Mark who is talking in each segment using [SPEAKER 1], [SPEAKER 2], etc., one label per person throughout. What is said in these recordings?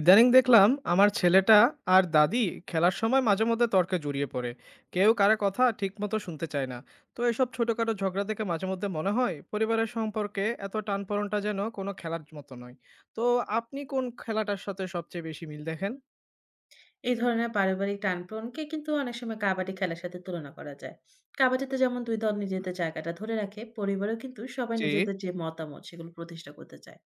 [SPEAKER 1] ইদানিং দেখলাম আমার ছেলেটা আর দাদি খেলার সময় মাঝে মধ্যে তর্কে জড়িয়ে পড়ে। কেউ কারো কথা ঠিকমতো শুনতে চায় না। তো এসব ছোটখাটো ঝগড়া থেকে মাঝে মধ্যে মনে হয় পরিবারের সম্পর্কে এত টানপোড়েনটা যেন কোনো খেলার মতো নয়। তো আপনি কোন খেলাটার সাথে সবচেয়ে বেশি মিল দেখেন?
[SPEAKER 2] এই ধরনের পারিবারিক টানপ্রনকে কিন্তু অনেক সময় কাবাডি খেলার সাথে তুলনা করা যায়। কাবাডিতে যেমন ২ দল নিজেদের জায়গাটা ধরে রাখে, পরিবারেও কিন্তু সবাই
[SPEAKER 1] জি,
[SPEAKER 2] নিজেদের যে মতামত সেগুলো প্রতিষ্ঠা করতে চায়।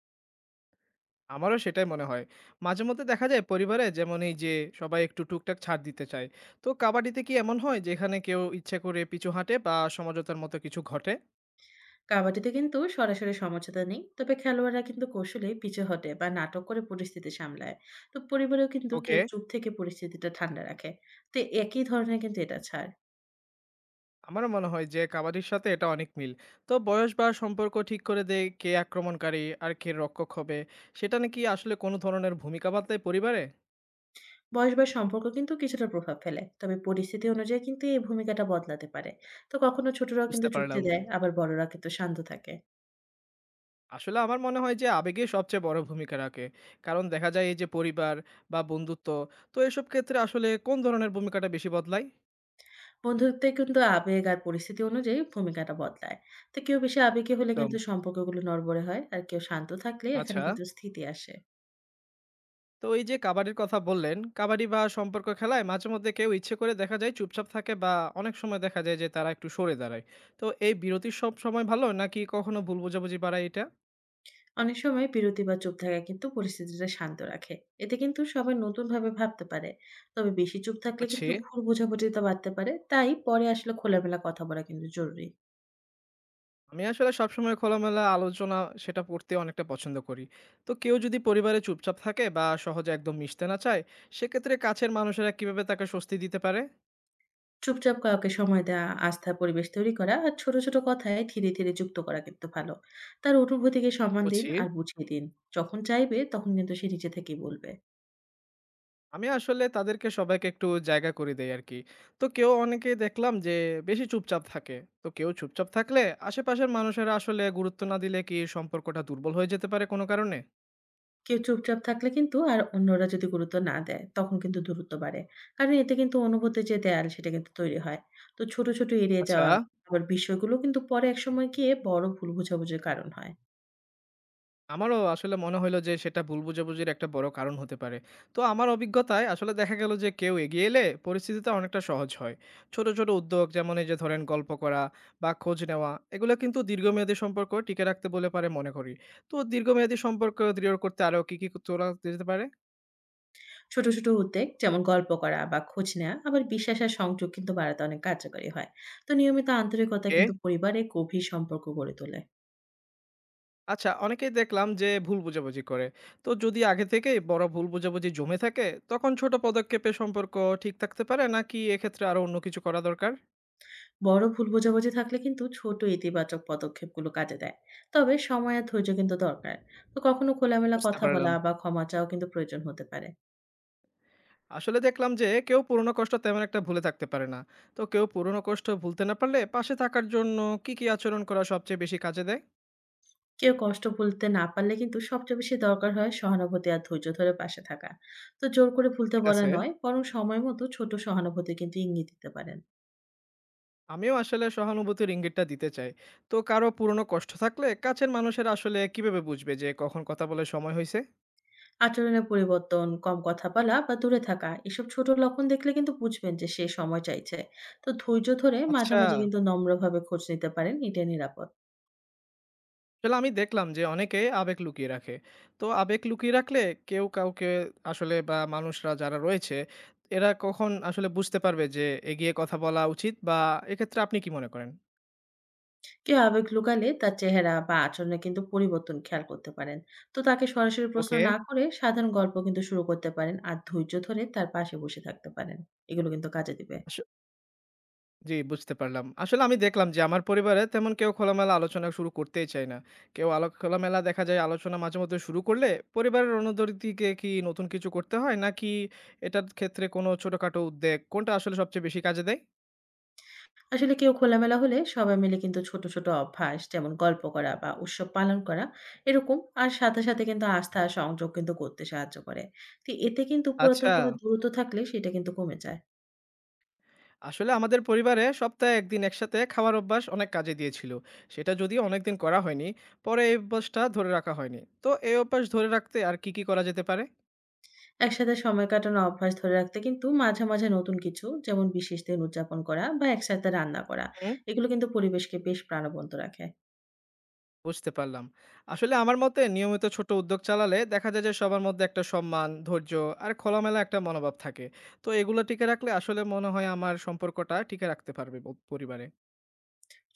[SPEAKER 1] আমারও সেটাই মনে হয়। মাঝে মধ্যে দেখা যায় পরিবারে যেমন এই যে সবাই একটু টুকটাক ছাড় দিতে চায়। তো কাবাডিতে কি এমন হয় যেখানে কেউ ইচ্ছে করে পিছু হাঁটে বা সমঝোতার মতো কিছু ঘটে?
[SPEAKER 2] কাবাডিতে কিন্তু সরাসরি সমঝোতা নেই। তবে খেলোয়াড়রা কিন্তু কৌশলে পিছু হটে বা নাটক করে পরিস্থিতি সামলায়। তো পরিবারেও কিন্তু
[SPEAKER 1] ওকে।
[SPEAKER 2] কেউ চুপ থেকে পরিস্থিতিটা ঠান্ডা রাখে। তো একই ধরনের কিন্তু এটা ছাড়।
[SPEAKER 1] আমারও মনে হয় যে কাবাডির সাথে এটা অনেক মিল। তো বয়স বা সম্পর্ক ঠিক করে দেয় কে আক্রমণকারী আর কে রক্ষক হবে, সেটা নাকি আসলে কোনো ধরনের ভূমিকা পাল্টায় পরিবারে?
[SPEAKER 2] বয়স বা সম্পর্ক কিন্তু কিছুটা প্রভাব ফেলে। তবে পরিস্থিতি অনুযায়ী কিন্তু এই ভূমিকাটা বদলাতে পারে। তো কখনো ছোটরাও কিন্তু
[SPEAKER 1] বুঝতে
[SPEAKER 2] যুক্তি
[SPEAKER 1] পারলাম।
[SPEAKER 2] দেয়, আবার বড়রা কিন্তু শান্ত থাকে।
[SPEAKER 1] আসলে আমার মনে হয় যে আবেগে সবচেয়ে বড় ভূমিকা রাখে। কারণ দেখা যায় এই যে পরিবার বা বন্ধুত্ব, তো এসব ক্ষেত্রে আসলে কোন ধরনের ভূমিকাটা বেশি বদলায়?
[SPEAKER 2] বন্ধুত্বে কিন্তু আবেগ আর পরিস্থিতি অনুযায়ী ভূমিকাটা বদলায়। তো কেউ বেশি আবেগী হলে
[SPEAKER 1] একদম।
[SPEAKER 2] কিন্তু সম্পর্কগুলো নড়বড়ে হয়, আর কেউ শান্ত থাকলে এখানে
[SPEAKER 1] আচ্ছা,
[SPEAKER 2] কিন্তু স্থিতি আসে।
[SPEAKER 1] তো এই যে কাবাডির কথা বললেন, কাবাডি বা সম্পর্ক খেলায় মাঝে মধ্যে কেউ ইচ্ছে করে দেখা যায় চুপচাপ থাকে বা অনেক সময় দেখা যায় যে তারা একটু সরে দাঁড়ায়। তো এই বিরতি সব সময় ভালো নাকি কখনো ভুল বোঝাবুঝি বাড়ায় এটা?
[SPEAKER 2] অনেক সময় বিরতি বা চুপ থাকা কিন্তু পরিস্থিতিটা শান্ত রাখে। এতে কিন্তু সবাই নতুনভাবে ভাবতে পারে। তবে বেশি চুপ থাকলে
[SPEAKER 1] বুঝছি।
[SPEAKER 2] কিন্তু ভুল বোঝাবুঝিটা বাড়তে পারে। তাই পরে আসলে খোলামেলা কথা বলা কিন্তু জরুরি।
[SPEAKER 1] আমি আসলে সবসময় খোলামেলা আলোচনা সেটা পড়তে অনেকটা পছন্দ করি। তো কেউ যদি পরিবারে চুপচাপ থাকে বা সহজে একদম মিশতে না চায়, সেক্ষেত্রে কাছের মানুষেরা কিভাবে তাকে স্বস্তি দিতে পারে?
[SPEAKER 2] চুপচাপ কাউকে সময় দেওয়া, আস্থার পরিবেশ তৈরি করা আর ছোট, ছোট কথায় ধীরে, ধীরে যুক্ত করা কিন্তু ভালো। তার অনুভূতিকে সম্মান দিন
[SPEAKER 1] বুঝছি।
[SPEAKER 2] আর বুঝিয়ে দিন। যখন চাইবে তখন কিন্তু সে নিজে থেকেই বলবে।
[SPEAKER 1] আমি আসলে তাদেরকে সবাইকে একটু জায়গা করে দেই আরকি। তো অনেকেই দেখলাম যে বেশি চুপচাপ থাকে। তো কেউ চুপচাপ থাকলে আশেপাশের মানুষেরা আসলে গুরুত্ব না দিলে কি সম্পর্কটা দুর্বল হয়ে যেতে পারে কোনো কারণে?
[SPEAKER 2] কেউ চুপচাপ থাকলে কিন্তু আর অন্যরা যদি গুরুত্ব না দেয় তখন কিন্তু দূরত্ব বাড়ে। কারণ এতে কিন্তু অনুভূতির যে দেয়াল সেটা কিন্তু তৈরি হয়। তো ছোট, ছোট এড়িয়ে
[SPEAKER 1] আচ্ছা।
[SPEAKER 2] যাওয়া আবার বিষয়গুলো কিন্তু পরে একসময় গিয়ে বড় ভুল বোঝাবুঝির কারণ হয়।
[SPEAKER 1] আমারও আসলে মনে হইলো যে সেটা ভুল বোঝাবুঝির একটা বড় কারণ হতে পারে। তো আমার অভিজ্ঞতায় আসলে দেখা গেল যে কেউ এগিয়ে এলে পরিস্থিতিটা অনেকটা সহজ হয়। ছোট, ছোট উদ্যোগ যেমন এই যে ধরেন গল্প করা বা খোঁজ নেওয়া, এগুলো কিন্তু দীর্ঘমেয়াদী সম্পর্ক টিকে রাখতে বলে পারে মনে করি। তো দীর্ঘমেয়াদী সম্পর্ক দৃঢ় করতে আরো কি, কি তোলা যেতে পারে?
[SPEAKER 2] ছোট, ছোট উদ্বেগ যেমন গল্প করা বা খোঁজ নেয়া আবার বিশ্বাস আর সংযোগ কিন্তু বাড়াতে অনেক কার্যকরী হয়। তো নিয়মিত আন্তরিকতা
[SPEAKER 1] ওকে।
[SPEAKER 2] কিন্তু পরিবারে গভীর সম্পর্ক গড়ে তোলে।
[SPEAKER 1] আচ্ছা, অনেকেই দেখলাম যে ভুল বোঝাবুঝি করে। তো যদি আগে থেকেই বড় ভুল বোঝাবুঝি জমে থাকে, তখন ছোট পদক্ষেপে সম্পর্ক ঠিক থাকতে পারে নাকি এক্ষেত্রে আরো অন্য কিছু করা দরকার?
[SPEAKER 2] বড় ভুল বোঝাবুঝি থাকলে কিন্তু ছোট ইতিবাচক পদক্ষেপগুলো কাজে দেয়। তবে সময় আর ধৈর্য কিন্তু দরকার। তো কখনো খোলামেলা
[SPEAKER 1] বুঝতে
[SPEAKER 2] কথা বলা
[SPEAKER 1] পারলাম।
[SPEAKER 2] বা ক্ষমা চাও কিন্তু প্রয়োজন হতে পারে।
[SPEAKER 1] আসলে দেখলাম যে কেউ পুরনো কষ্ট তেমন একটা ভুলে থাকতে পারে না। তো কেউ পুরনো কষ্ট ভুলতে না পারলে পাশে থাকার জন্য কি কি আচরণ করা সবচেয়ে বেশি কাজে দেয়?
[SPEAKER 2] কেউ কষ্ট ভুলতে না পারলে কিন্তু সবচেয়ে বেশি দরকার হয় সহানুভূতি আর ধৈর্য ধরে পাশে থাকা। তো জোর করে ভুলতে
[SPEAKER 1] ঠিক
[SPEAKER 2] বলা
[SPEAKER 1] আছে।
[SPEAKER 2] নয়, বরং সময় মতো ছোট সহানুভূতি কিন্তু ইঙ্গিত দিতে পারেন।
[SPEAKER 1] আমিও আসলে সহানুভূতির ইঙ্গিতটা দিতে চাই। তো কারো পুরনো কষ্ট থাকলে কাছের মানুষের আসলে কিভাবে বুঝবে যে কখন কথা বলে সময় হয়েছে?
[SPEAKER 2] আচরণের পরিবর্তন, কম কথা বলা বা দূরে থাকা, এসব ছোট লক্ষণ দেখলে কিন্তু বুঝবেন যে সে সময় চাইছে। তো ধৈর্য ধরে
[SPEAKER 1] আচ্ছা।
[SPEAKER 2] মাঝামাঝি কিন্তু নম্রভাবে খোঁজ নিতে পারেন, এটা নিরাপদ।
[SPEAKER 1] আসলে আমি দেখলাম যে অনেকে আবেগ লুকিয়ে রাখে। তো আবেগ লুকিয়ে রাখলে কেউ কাউকে আসলে বা মানুষরা যারা রয়েছে এরা কখন আসলে বুঝতে পারবে যে এগিয়ে কথা বলা উচিত, বা এক্ষেত্রে আপনি কি মনে করেন?
[SPEAKER 2] কেউ আবেগ লুকালে তার চেহারা বা আচরণে কিন্তু পরিবর্তন খেয়াল করতে পারেন। তো তাকে সরাসরি প্রশ্ন
[SPEAKER 1] ওকে।
[SPEAKER 2] না করে সাধারণ গল্প কিন্তু শুরু করতে পারেন আর ধৈর্য ধরে তার পাশে বসে থাকতে পারেন। এগুলো কিন্তু কাজে দিবে।
[SPEAKER 1] আস জি, বুঝতে পারলাম। আসলে আমি দেখলাম যে আমার পরিবারে তেমন কেউ খোলামেলা আলোচনা শুরু করতেই চায় না। কেউ আলো খোলামেলা দেখা যায় আলোচনা মাঝেমধ্যে শুরু করলে পরিবারের অনুদরিতিকে কি নতুন কিছু করতে হয়? নাকি এটার ক্ষেত্রে কোনো ছোটখাটো উদ্যোগ কোনটা আসলে সবচেয়ে বেশি কাজে দেয়?
[SPEAKER 2] আসলে কেউ খোলামেলা হলে সবাই মিলে কিন্তু ছোট ছোট অভ্যাস যেমন গল্প করা বা উৎসব পালন করা এরকম আর সাথে সাথে কিন্তু আস্থা আর সংযোগ কিন্তু করতে সাহায্য করে। তো এতে কিন্তু পুরাতন
[SPEAKER 1] আচ্ছা,
[SPEAKER 2] কোনো দূরত্ব থাকলে সেটা কিন্তু কমে যায়।
[SPEAKER 1] আসলে আমাদের পরিবারে সপ্তাহে ১ দিন একসাথে খাওয়ার অভ্যাস অনেক কাজে দিয়েছিল। সেটা যদিও অনেকদিন করা হয়নি। পরে এই অভ্যাসটা ধরে রাখা হয়নি। তো এই অভ্যাস ধরে রাখতে আর কি, কি করা যেতে পারে?
[SPEAKER 2] একসাথে সময় কাটানোর অভ্যাস ধরে রাখতে কিন্তু মাঝে, মাঝে নতুন কিছু যেমন বিশেষ দিন উদযাপন করা বা একসাথে রান্না করা,
[SPEAKER 1] হুম।
[SPEAKER 2] এগুলো কিন্তু পরিবেশকে বেশ প্রাণবন্ত রাখে।
[SPEAKER 1] বুঝতে পারলাম। আসলে আমার মতে নিয়মিত ছোট উদ্যোগ চালালে দেখা যায় যে সবার মধ্যে একটা সম্মান, ধৈর্য আর খোলামেলা একটা মনোভাব থাকে। তো এগুলো টিকে রাখলে আসলে মনে হয় আমার সম্পর্কটা টিকে রাখতে পারবে ব পরিবারে।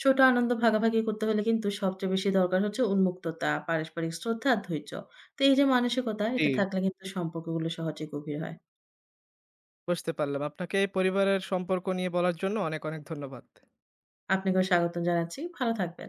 [SPEAKER 2] ছোট আনন্দ ভাগাভাগি করতে হলে কিন্তু সবচেয়ে বেশি দরকার হচ্ছে উন্মুক্ততা, পারস্পরিক শ্রদ্ধা আর ধৈর্য। তো এই যে মানসিকতা,
[SPEAKER 1] জি।
[SPEAKER 2] এটা থাকলে কিন্তু সম্পর্কগুলো সহজে গভীর হয়।
[SPEAKER 1] বুঝতে পারলাম। আপনাকে এই পরিবারের সম্পর্ক নিয়ে বলার জন্য অনেক, অনেক ধন্যবাদ।
[SPEAKER 2] আপনাকেও স্বাগতম জানাচ্ছি। ভালো থাকবেন।